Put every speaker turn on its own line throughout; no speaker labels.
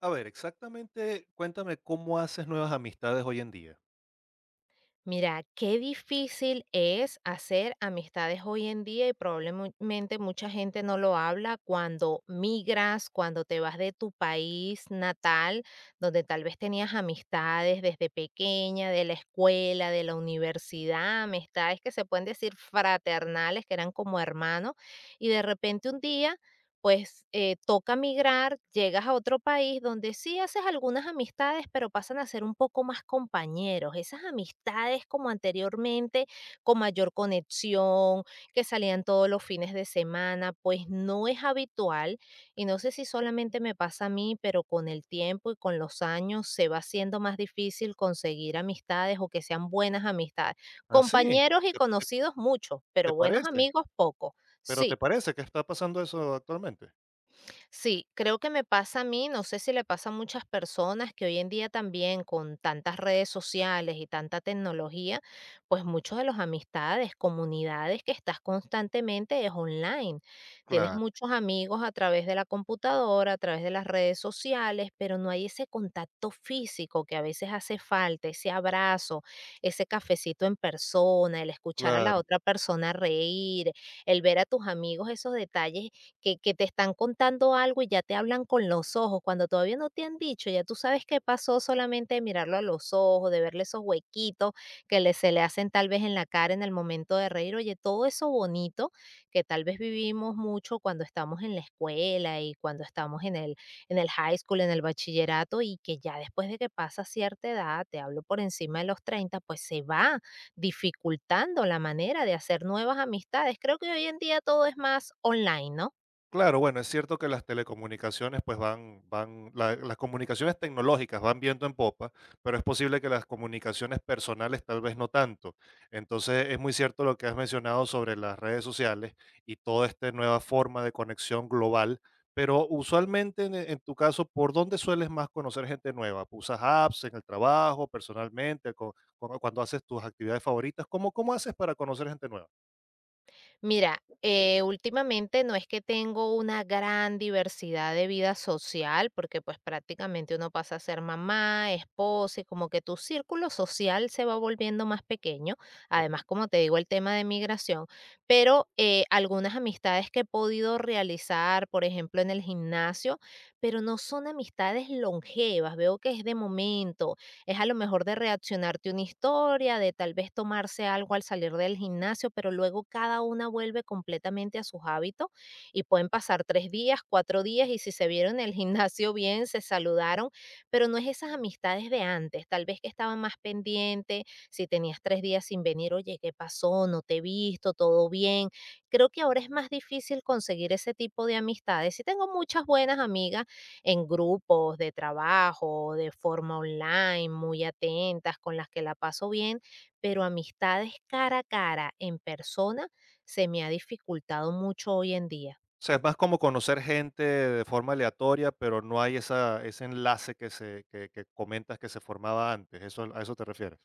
A ver, exactamente, cuéntame cómo haces nuevas amistades hoy en día.
Mira, qué difícil es hacer amistades hoy en día y probablemente mucha gente no lo habla cuando migras, cuando te vas de tu país natal, donde tal vez tenías amistades desde pequeña, de la escuela, de la universidad, amistades que se pueden decir fraternales, que eran como hermanos, y de repente un día pues toca migrar, llegas a otro país donde sí haces algunas amistades, pero pasan a ser un poco más compañeros. Esas amistades como anteriormente, con mayor conexión, que salían todos los fines de semana, pues no es habitual. Y no sé si solamente me pasa a mí, pero con el tiempo y con los años se va haciendo más difícil conseguir amistades o que sean buenas amistades.
¿Ah, sí?
Compañeros y
¿Te
conocidos muchos,
te
pero buenos
parece?
amigos pocos.
¿Pero te
Sí,
parece que está pasando eso actualmente?
sí, creo que me pasa a mí, no sé si le pasa a muchas personas que hoy en día también con tantas redes sociales y tanta tecnología, pues muchos de los amistades, comunidades que estás constantemente es online. Tienes
Claro,
muchos amigos a través de la computadora, a través de las redes sociales, pero no hay ese contacto físico que a veces hace falta, ese abrazo, ese cafecito en persona, el escuchar a la
claro.
otra persona reír, el ver a tus amigos esos detalles que te están contando algo y ya te hablan con los ojos, cuando todavía no te han dicho, ya tú sabes qué pasó solamente de mirarlo a los ojos, de verle esos huequitos que le, se le hacen tal vez en la cara en el momento de reír. Oye, todo eso bonito que tal vez vivimos mucho cuando estamos en la escuela y cuando estamos en el high school, en el bachillerato y que ya después de que pasa cierta edad, te hablo por encima de los 30, pues se va dificultando la manera de hacer nuevas amistades. Creo que hoy en día todo es más online, ¿no?
Claro, bueno, es cierto que las telecomunicaciones, pues van, las comunicaciones tecnológicas van viento en popa, pero es posible que las comunicaciones personales tal vez no tanto. Entonces, es muy cierto lo que has mencionado sobre las redes sociales y toda esta nueva forma de conexión global, pero usualmente en tu caso, ¿por dónde sueles más conocer gente nueva? ¿Usas apps en el trabajo, personalmente, cuando haces tus actividades favoritas? ¿Cómo haces para conocer gente nueva?
Mira, últimamente no es que tengo una gran diversidad de vida social, porque pues prácticamente uno pasa a ser mamá, esposa, y como que tu círculo social se va volviendo más pequeño. Además,
Ok.
como te digo, el tema de migración, pero algunas amistades que he podido realizar, por ejemplo, en el gimnasio, pero no son amistades longevas, veo que es de momento, es a lo mejor de reaccionarte una historia, de tal vez tomarse algo al salir del gimnasio, pero luego cada una vuelve completamente a sus hábitos y pueden pasar 3 días, 4 días y si se vieron en el gimnasio bien, se saludaron, pero no es esas amistades de antes, tal vez que estaban más pendientes, si tenías 3 días sin venir, oye, ¿qué pasó? No te he visto, todo bien. Creo que ahora es más difícil conseguir ese tipo de amistades. Sí tengo muchas buenas amigas en grupos de trabajo, de forma online, muy atentas, con las que la paso bien, pero amistades cara a cara, en persona, se me ha dificultado mucho hoy en día.
O sea, es más como conocer gente de forma aleatoria, pero no hay esa ese enlace que que comentas que se formaba antes, eso te refieres?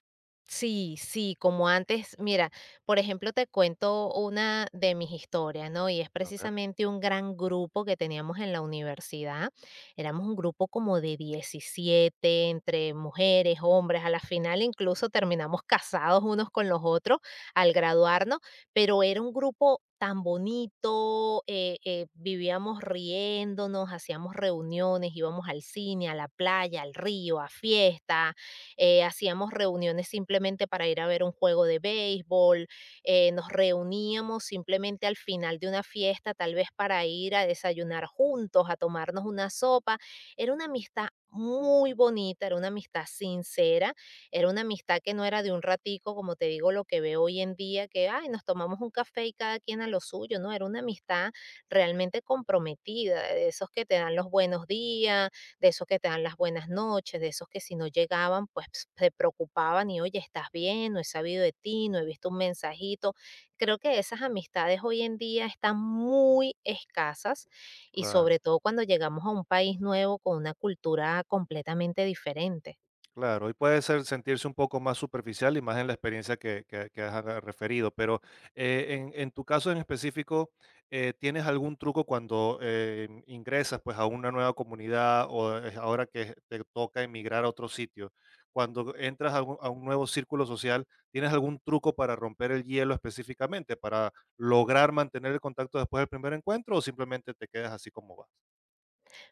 Sí, sí, como antes, mira, por ejemplo, te cuento una de mis historias, ¿no? Y es
A ver,
precisamente un gran grupo que teníamos en la universidad. Éramos un grupo como de 17 entre mujeres, hombres, a la final incluso terminamos casados unos con los otros al graduarnos, pero era un grupo tan bonito, vivíamos riéndonos, hacíamos reuniones, íbamos al cine, a la playa, al río, a fiestas, hacíamos reuniones simplemente para ir a ver un juego de béisbol, nos reuníamos simplemente al final de una fiesta, tal vez para ir a desayunar juntos, a tomarnos una sopa. Era una amistad muy bonita, era una amistad sincera, era una amistad que no era de un ratico, como te digo, lo que veo hoy en día, que, ay, nos tomamos un café y cada quien a lo suyo, ¿no? Era una amistad realmente comprometida, de esos que te dan los buenos días, de esos que te dan las buenas noches, de esos que si no llegaban, pues se preocupaban y, oye, ¿estás bien? No he sabido de ti, no he visto un mensajito. Creo que esas amistades hoy en día están muy escasas y
claro.
sobre todo cuando llegamos a un país nuevo con una cultura completamente diferente.
Claro, y puede ser sentirse un poco más superficial y más en la experiencia que has referido, pero en tu caso en específico, ¿tienes algún truco cuando ingresas pues a una nueva comunidad o ahora que te toca emigrar a otro sitio? Cuando entras a un nuevo círculo social, ¿tienes algún truco para romper el hielo específicamente, para lograr mantener el contacto después del primer encuentro o simplemente te quedas así como va?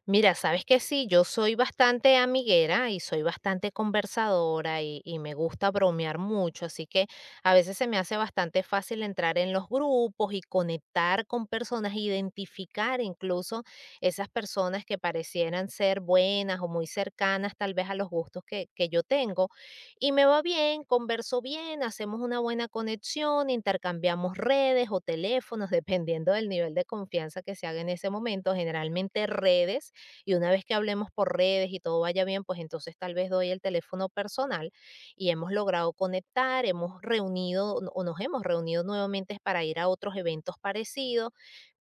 Mira, sabes que sí, yo soy bastante amiguera y soy bastante conversadora y me gusta bromear mucho, así que a veces se me hace bastante fácil entrar en los grupos y conectar con personas, identificar incluso esas personas que parecieran ser buenas o muy cercanas tal vez a los gustos que yo tengo. Y me va bien, converso bien, hacemos una buena conexión, intercambiamos redes o teléfonos, dependiendo del nivel de confianza que se haga en ese momento, generalmente redes, y una vez que hablemos por redes y todo vaya bien, pues entonces tal vez doy el teléfono personal y hemos logrado conectar, hemos reunido o nos hemos reunido nuevamente para ir a otros eventos parecidos,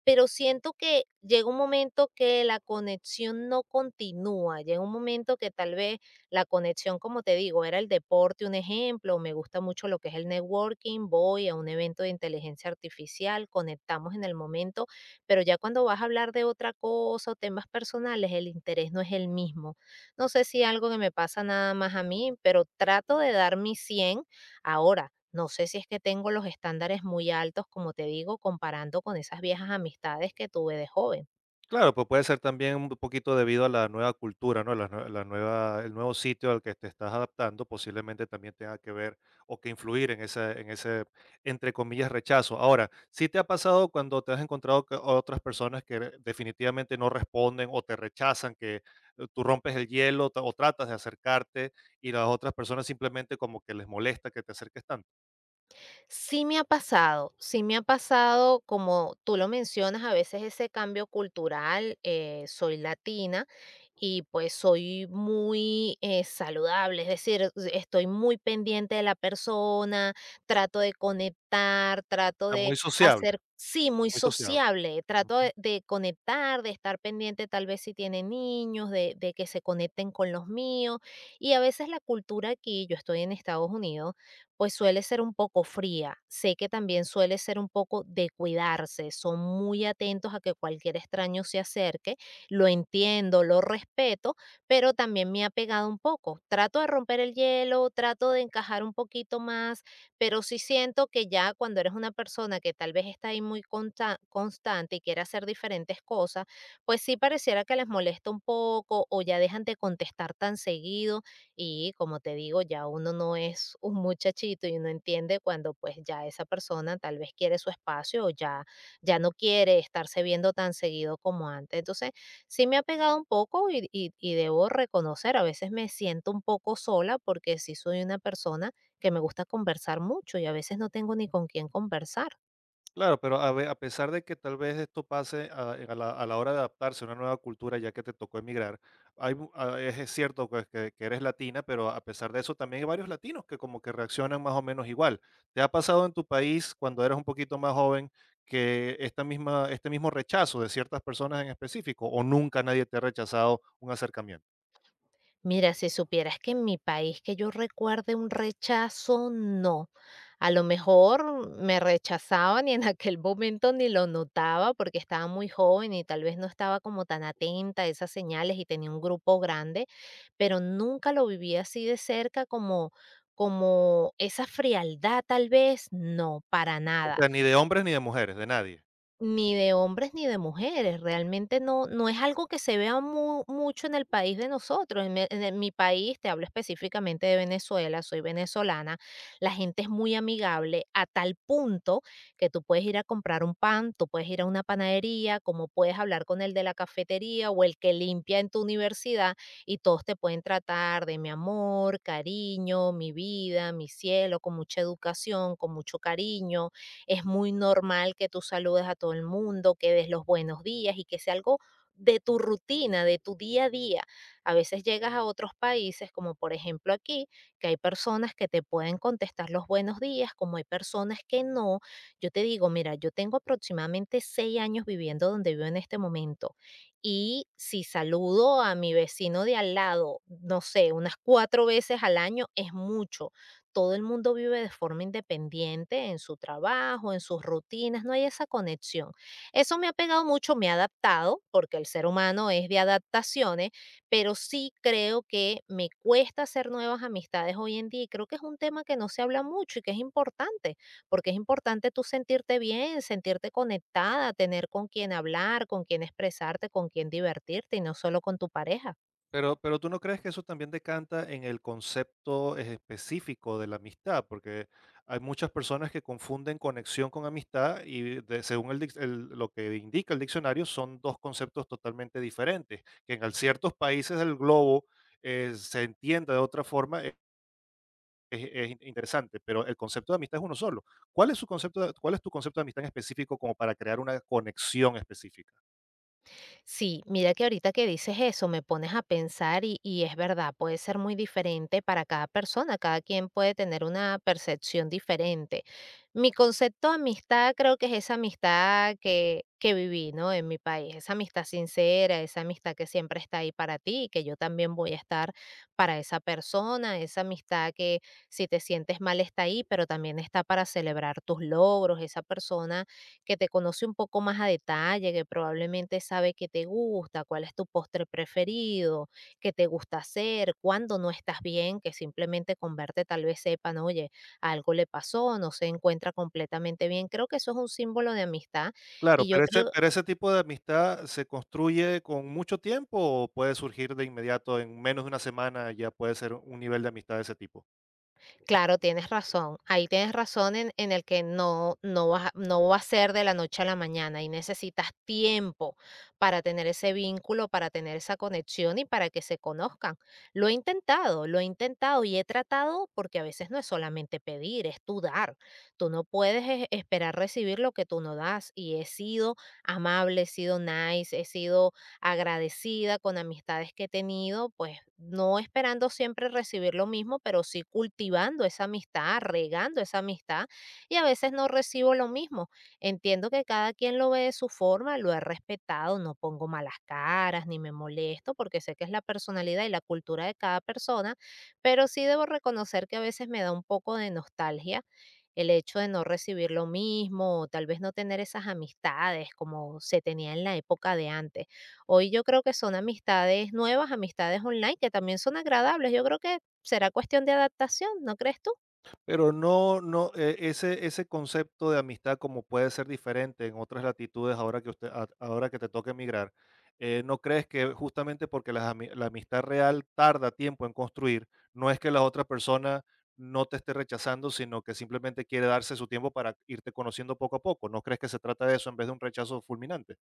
pero siento que llega un momento que la conexión no continúa, llega un momento que tal vez la conexión, como te digo, era el deporte, un ejemplo, me gusta mucho lo que es el networking, voy a un evento de inteligencia artificial, conectamos en el momento, pero ya cuando vas a hablar de otra cosa o temas personales, el interés no es el mismo. No sé si algo que me pasa nada más a mí, pero trato de dar mi 100 ahora. No sé si es que tengo los estándares muy altos, como te digo, comparando con esas viejas amistades que tuve de joven.
Claro, pues puede ser también un poquito debido a la nueva cultura, ¿no? La, nue- la nueva, el nuevo sitio al que te estás adaptando posiblemente también tenga que ver o que influir en ese, entre comillas, rechazo. Ahora, ¿sí te ha pasado cuando te has encontrado con otras personas que definitivamente no responden o te rechazan, que tú rompes el hielo o tratas de acercarte y las otras personas simplemente como que les molesta que te acerques tanto?
Sí me ha pasado, sí me ha pasado, como tú lo mencionas, a veces ese cambio cultural, soy latina y pues soy muy saludable, es decir, estoy muy pendiente de la persona, trato de conectar, trato
Está
de
muy sociable,
hacer, sí, muy
muy sociable.
sociable, trato de conectar, de, estar pendiente tal vez si tiene niños, de que se conecten con los míos. Y a veces la cultura aquí, yo estoy en Estados Unidos, pues suele ser un poco fría. Sé que también suele ser un poco de cuidarse, son muy atentos a que cualquier extraño se acerque, lo entiendo, lo respeto, pero también me ha pegado un poco. Trato de romper el hielo, trato de encajar un poquito más, pero sí siento que ya cuando eres una persona que tal vez está ahí muy constante y quiere hacer diferentes cosas, pues sí pareciera que les molesta un poco o ya dejan de contestar tan seguido y como te digo, ya uno no es un muchachito y uno entiende cuando pues ya esa persona tal vez quiere su espacio o ya, ya no quiere estarse viendo tan seguido como antes. Entonces, sí me ha pegado un poco y debo reconocer, a veces me siento un poco sola porque sí soy una persona que me gusta conversar mucho y a veces no tengo ni con quién conversar.
Claro, pero a pesar de que tal vez esto pase a la hora de adaptarse a una nueva cultura, ya que te tocó emigrar, hay es cierto, pues, que eres latina, pero a pesar de eso también hay varios latinos que como que reaccionan más o menos igual. ¿Te ha pasado en tu país, cuando eras un poquito más joven, que esta misma este mismo rechazo de ciertas personas en específico, o nunca nadie te ha rechazado un acercamiento?
Mira, si supieras que en mi país que yo recuerde un rechazo, no. A lo mejor me rechazaban y en aquel momento ni lo notaba porque estaba muy joven y tal vez no estaba como tan atenta a esas señales y tenía un grupo grande, pero nunca lo viví así de cerca como esa frialdad tal vez, no, para
O
nada.
sea, ni de hombres ni de mujeres, de nadie.
Ni de hombres ni de mujeres, realmente no es algo que se vea mu mucho en el país de nosotros, en el mi país, te hablo específicamente de Venezuela, soy venezolana, la gente es muy amigable a tal punto que tú puedes ir a comprar un pan, tú puedes ir a una panadería, como puedes hablar con el de la cafetería o el que limpia en tu universidad, y todos te pueden tratar de mi amor, cariño, mi vida, mi cielo, con mucha educación, con mucho cariño. Es muy normal que tú saludes a todo el mundo, que des los buenos días y que sea algo de tu rutina, de tu día a día. A veces llegas a otros países, como por ejemplo aquí, que hay personas que te pueden contestar los buenos días, como hay personas que no. Yo te digo, mira, yo tengo aproximadamente 6 años viviendo donde vivo en este momento y si saludo a mi vecino de al lado, no sé, unas 4 veces al año es mucho. Todo el mundo vive de forma independiente en su trabajo, en sus rutinas, no hay esa conexión. Eso me ha pegado mucho, me ha adaptado, porque el ser humano es de adaptaciones, pero sí creo que me cuesta hacer nuevas amistades hoy en día y creo que es un tema que no se habla mucho y que es importante, porque es importante tú sentirte bien, sentirte conectada, tener con quien hablar, con quien expresarte, con quien divertirte y no solo con tu pareja.
Pero ¿tú no crees que eso también decanta en el concepto específico de la amistad? Porque hay muchas personas que confunden conexión con amistad y de según el dic el lo que indica el diccionario, son 2 conceptos totalmente diferentes, que en al ciertos países del globo, se entienda de otra forma, es interesante, pero el concepto de amistad es uno solo. Cuál es tu concepto de amistad en específico como para crear una conexión específica?
Sí, mira que ahorita que dices eso me pones a pensar y es verdad, puede ser muy diferente para cada persona, cada quien puede tener una percepción diferente. Mi concepto de amistad creo que es esa amistad que viví, ¿no? En mi país, esa amistad sincera, esa amistad que siempre está ahí para ti y que yo también voy a estar para esa persona, esa amistad que si te sientes mal está ahí, pero también está para celebrar tus logros, esa persona que te conoce un poco más a detalle, que probablemente sabe qué te gusta, cuál es tu postre preferido, qué te gusta hacer, cuando no estás bien, que simplemente con verte tal vez sepan, oye, algo le pasó, no se encuentra completamente bien. Creo que eso es un símbolo de amistad y
Claro,
yo
pero
creo
ese tipo de amistad, ¿se construye con mucho tiempo o puede surgir de inmediato, en menos de una semana ya puede ser un nivel de amistad de ese tipo?
Claro, tienes razón. Ahí tienes razón en el que no va a ser de la noche a la mañana y necesitas tiempo para tener ese vínculo, para tener esa conexión y para que se conozcan. Lo he intentado y he tratado porque a veces no es solamente pedir, es tú dar. Tú no puedes esperar recibir lo que tú no das y he sido amable, he sido nice, he sido agradecida con amistades que he tenido, pues no esperando siempre recibir lo mismo, pero sí cultivando esa amistad, regando esa amistad y a veces no recibo lo mismo. Entiendo que cada quien lo ve de su forma, lo he respetado, no pongo malas caras ni me molesto porque sé que es la personalidad y la cultura de cada persona, pero sí debo reconocer que a veces me da un poco de nostalgia el hecho de no recibir lo mismo, o tal vez no tener esas amistades como se tenía en la época de antes. Hoy yo creo que son amistades nuevas, amistades online, que también son agradables. Yo creo que será cuestión de adaptación, ¿no crees tú?
Pero no no, ese concepto de amistad como puede ser diferente en otras latitudes ahora que usted a ahora que te toca emigrar, ¿no crees que justamente porque las ami la amistad real tarda tiempo en construir, no es que la otra persona no te esté rechazando, sino que simplemente quiere darse su tiempo para irte conociendo poco a poco? ¿No crees que se trata de eso en vez de un rechazo fulminante?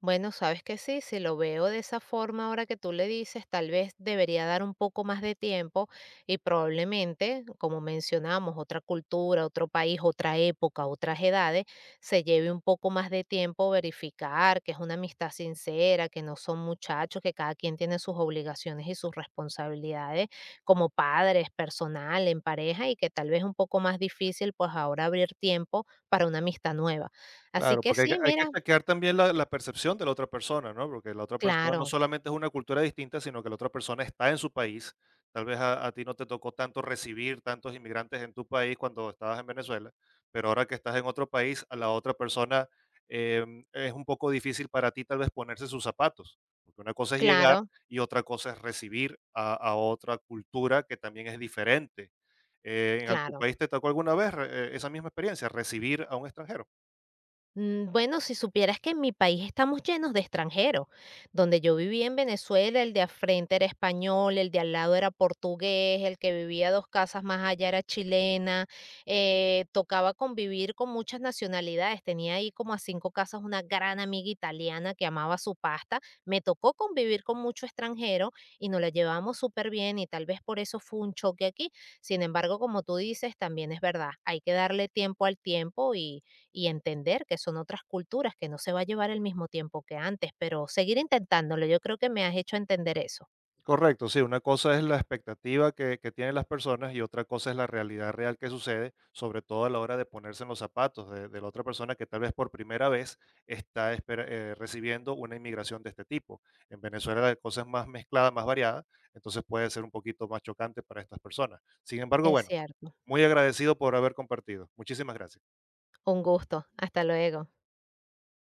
Bueno, sabes que sí, si lo veo de esa forma ahora que tú le dices, tal vez debería dar un poco más de tiempo y probablemente, como mencionamos, otra cultura, otro país, otra época, otras edades, se lleve un poco más de tiempo verificar que es una amistad sincera, que no son muchachos, que cada quien tiene sus obligaciones y sus responsabilidades como padres, personal, en pareja y que tal vez es un poco más difícil pues ahora abrir tiempo para una amistad nueva. Así
Claro,
que
porque
sí,
hay que
mira,
chequear también la percepción de la otra persona, ¿no? Porque la otra persona no
claro.
solamente es una cultura distinta, sino que la otra persona está en su país. Tal vez a ti no te tocó tanto recibir tantos inmigrantes en tu país cuando estabas en Venezuela, pero ahora que estás en otro país, a la otra persona, em, es un poco difícil para ti tal vez ponerse sus zapatos, porque una cosa es llegar
Claro,
y otra cosa es recibir a otra cultura que también es diferente. ¿En tu
claro.
país te tocó alguna vez re esa misma experiencia, recibir a un extranjero?
Bueno, si supieras que en mi país estamos llenos de extranjeros. Donde yo vivía en Venezuela, el de al frente era español, el de al lado era portugués, el que vivía dos casas más allá era chilena. Tocaba convivir con muchas nacionalidades. Tenía ahí como a cinco casas una gran amiga italiana que amaba su pasta. Me tocó convivir con mucho extranjero y nos la llevamos súper bien y tal vez por eso fue un choque aquí. Sin embargo, como tú dices, también es verdad. Hay que darle tiempo al tiempo y entender que son otras culturas, que no se va a llevar el mismo tiempo que antes, pero seguir intentándolo, yo creo que me has hecho entender eso.
Correcto, sí, una cosa es la expectativa que tienen las personas y otra cosa es la realidad real que sucede, sobre todo a la hora de ponerse en los zapatos de la otra persona que tal vez por primera vez está recibiendo una inmigración de este tipo. En Venezuela la cosa es más mezclada, más variada, entonces puede ser un poquito más chocante para estas personas. Sin embargo,
Es
bueno,
cierto.
muy agradecido por haber compartido. Muchísimas gracias.
Un gusto. Hasta luego.